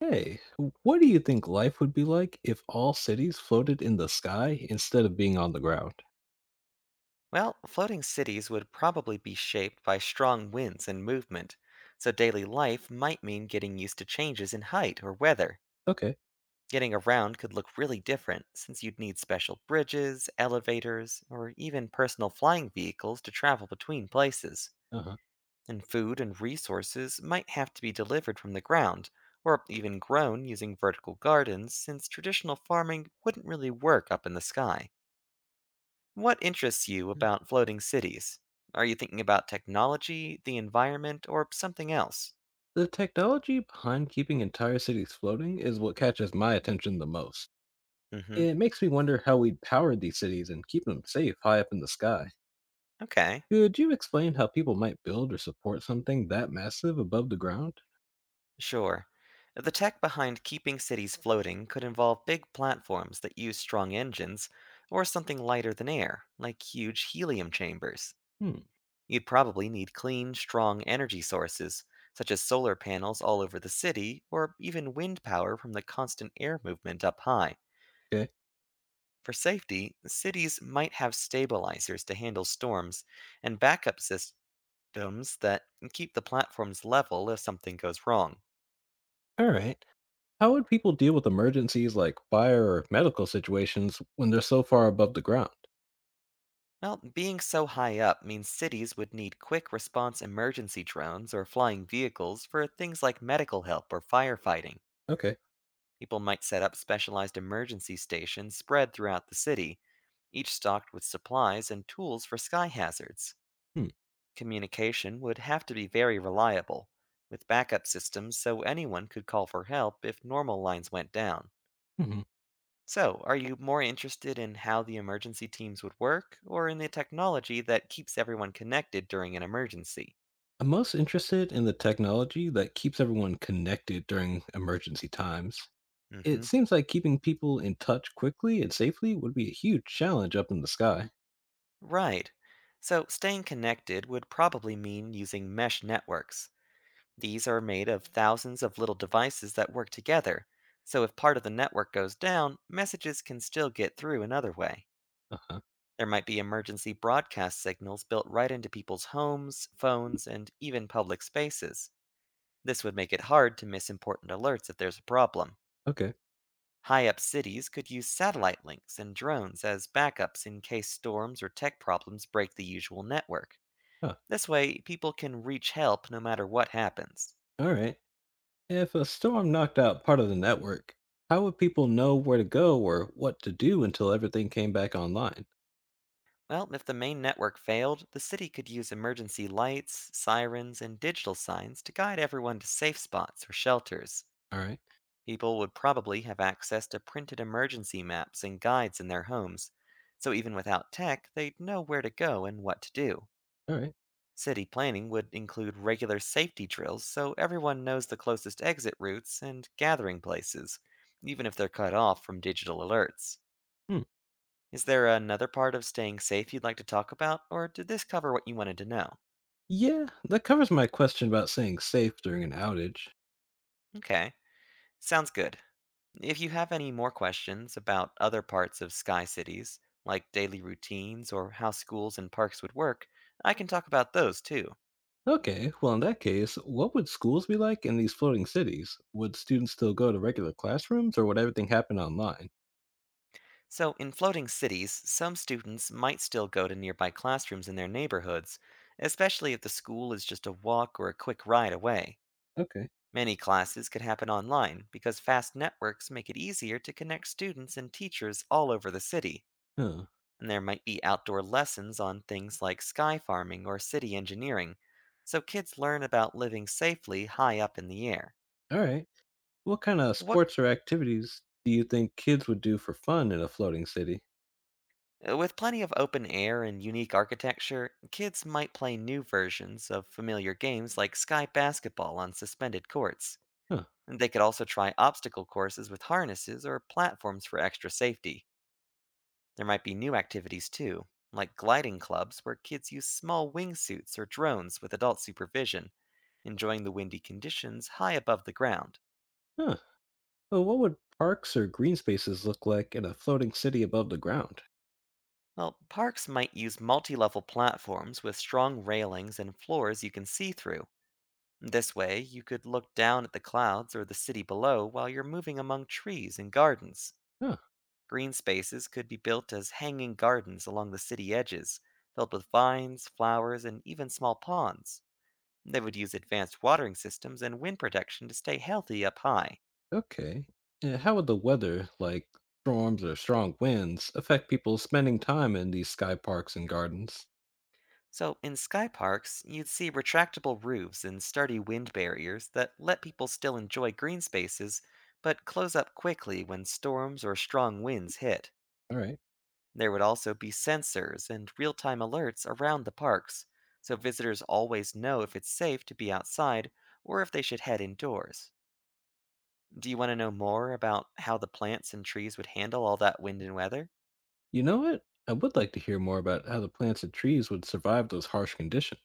Hey, what do you think life would be like if all cities floated in the sky instead of being on the ground? Well, floating cities would probably be shaped by strong winds and movement, so daily life might mean getting used to changes in height or weather. Okay. Getting around could look really different since you'd need special bridges, elevators, or even personal flying vehicles to travel between places. Uh huh. And food and resources might have to be delivered from the ground, or even grown using vertical gardens since traditional farming wouldn't really work up in the sky. What interests you Mm. about floating cities? Are you thinking about technology, the environment, or something else? The technology behind keeping entire cities floating is what catches my attention the most. Hmm. It makes me wonder how we'd power these cities and keep them safe high up in the sky. Okay, Could you explain how people might build or support something that massive above the ground? sure. The tech behind keeping cities floating could involve big platforms that use strong engines, or something lighter than air, like huge helium chambers. Hmm. You'd probably need clean, strong energy sources, such as solar panels all over the city, or even wind power from the constant air movement up high. Okay. For safety, cities might have stabilizers to handle storms and backup systems that keep the platforms level if something goes wrong. All right. How would people deal with emergencies like fire or medical situations when they're so far above the ground? Well, being so high up means cities would need quick response emergency drones or flying vehicles for things like medical help or firefighting. Okay. People might set up specialized emergency stations spread throughout the city, each stocked with supplies and tools for sky hazards. Hmm. Communication would have to be very reliable, with backup systems so anyone could call for help if normal lines went down. Mhm. So, are you more interested in how the emergency teams would work, or in the technology that keeps everyone connected during an emergency? I'm most interested in the technology that keeps everyone connected during emergency times. It Hmm. seems like keeping people in touch quickly and safely would be a huge challenge up in the sky. Right. So, staying connected would probably mean using mesh networks. These are made of thousands of little devices that work together, so if part of the network goes down, messages can still get through another way. Uh huh. There might be emergency broadcast signals built right into people's homes, phones, and even public spaces. This would make it hard to miss important alerts if there's a problem. Okay. High up cities could use satellite links and drones as backups in case storms or tech problems break the usual network. Huh. This way, people can reach help no matter what happens. All right. If a storm knocked out part of the network, how would people know where to go or what to do until everything came back online? Well, if the main network failed, the city could use emergency lights, sirens, and digital signs to guide everyone to safe spots or shelters. All right. People would probably have access to printed emergency maps and guides in their homes, so even without tech, they'd know where to go and what to do. All right. City planning would include regular safety drills so everyone knows the closest exit routes and gathering places, even if they're cut off from digital alerts. Hmm. Is there another part of staying safe you'd like to talk about, or did this cover what you wanted to know? Yeah, that covers my question about staying safe during an outage. Okay, sounds good. If you have any more questions about other parts of sky cities, like daily routines or how schools and parks would work, I can talk about those too. Okay, well, in that case, what would schools be like in these floating cities? Would students still go to regular classrooms or would everything happen online? So, in floating cities, some students might still go to nearby classrooms in their neighborhoods, especially if the school is just a walk or a quick ride away. Okay. Many classes could happen online because fast networks make it easier to connect students and teachers all over the city. Huh. And there might be outdoor lessons on things like sky farming or city engineering, so kids learn about living safely high up in the air. All right. What kind of What, sports or activities do you think kids would do for fun in a floating city? With plenty of open air and unique architecture, kids might play new versions of familiar games like sky basketball on suspended courts. Huh. And they could also try obstacle courses with harnesses or platforms for extra safety. There might be new activities too, like gliding clubs where kids use small wingsuits or drones with adult supervision enjoying the windy conditions high above the ground. Huh. Well, what would parks or green spaces look like in a floating city above the ground? Well, parks might use multi level platforms with strong railings and floors you can see through. This way, you could look down at the clouds or the city below while you're moving among trees and gardens. Huh. Green spaces could be built as hanging gardens along the city edges, filled with vines, flowers, and even small ponds. They would use advanced watering systems and wind protection to stay healthy up high. Okay. And how would the weather, like storms or strong winds, affect people spending time in these sky parks and gardens? So, in sky parks, you'd see retractable roofs and sturdy wind barriers that let people still enjoy green spaces, but close up quickly when storms or strong winds hit. All right. There would also be sensors and real time alerts around the parks, so visitors always know if it's safe to be outside or if they should head indoors. Do you want to know more about how the plants and trees would handle all that wind and weather? You know what? I would like to hear more about how the plants and trees would survive those harsh conditions.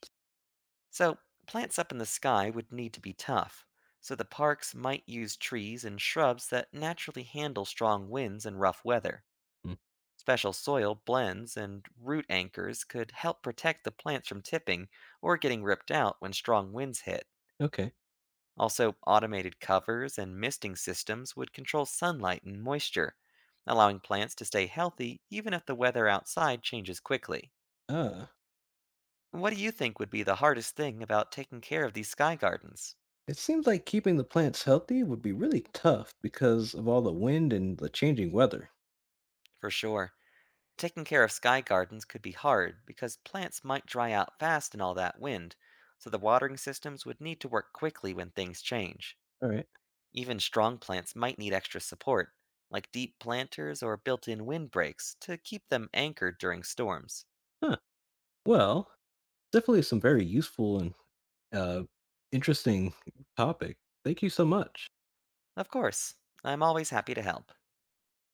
So, plants up in the sky would need to be tough, so the parks might use trees and shrubs that naturally handle strong winds and rough weather. Mm, Special soil blends and root anchors could help protect the plants from tipping or getting ripped out when strong winds hit. okay. Also, automated covers and misting systems would control sunlight and moisture, allowing plants to stay healthy even if the weather outside changes quickly. Uh, What do you think would be the hardest thing about taking care of these sky gardens? it seems like keeping the plants healthy would be really tough because of all the wind and the changing weather. For sure. Taking care of sky gardens could be hard because plants might dry out fast in all that wind, so the watering systems would need to work quickly when things change. All right. Even strong plants might need extra support, like deep planters or built in windbreaks, to keep them anchored during storms. Huh. Well, definitely some very useful and uh, interesting topic. Thank you so much. Of course, I'm always happy to help.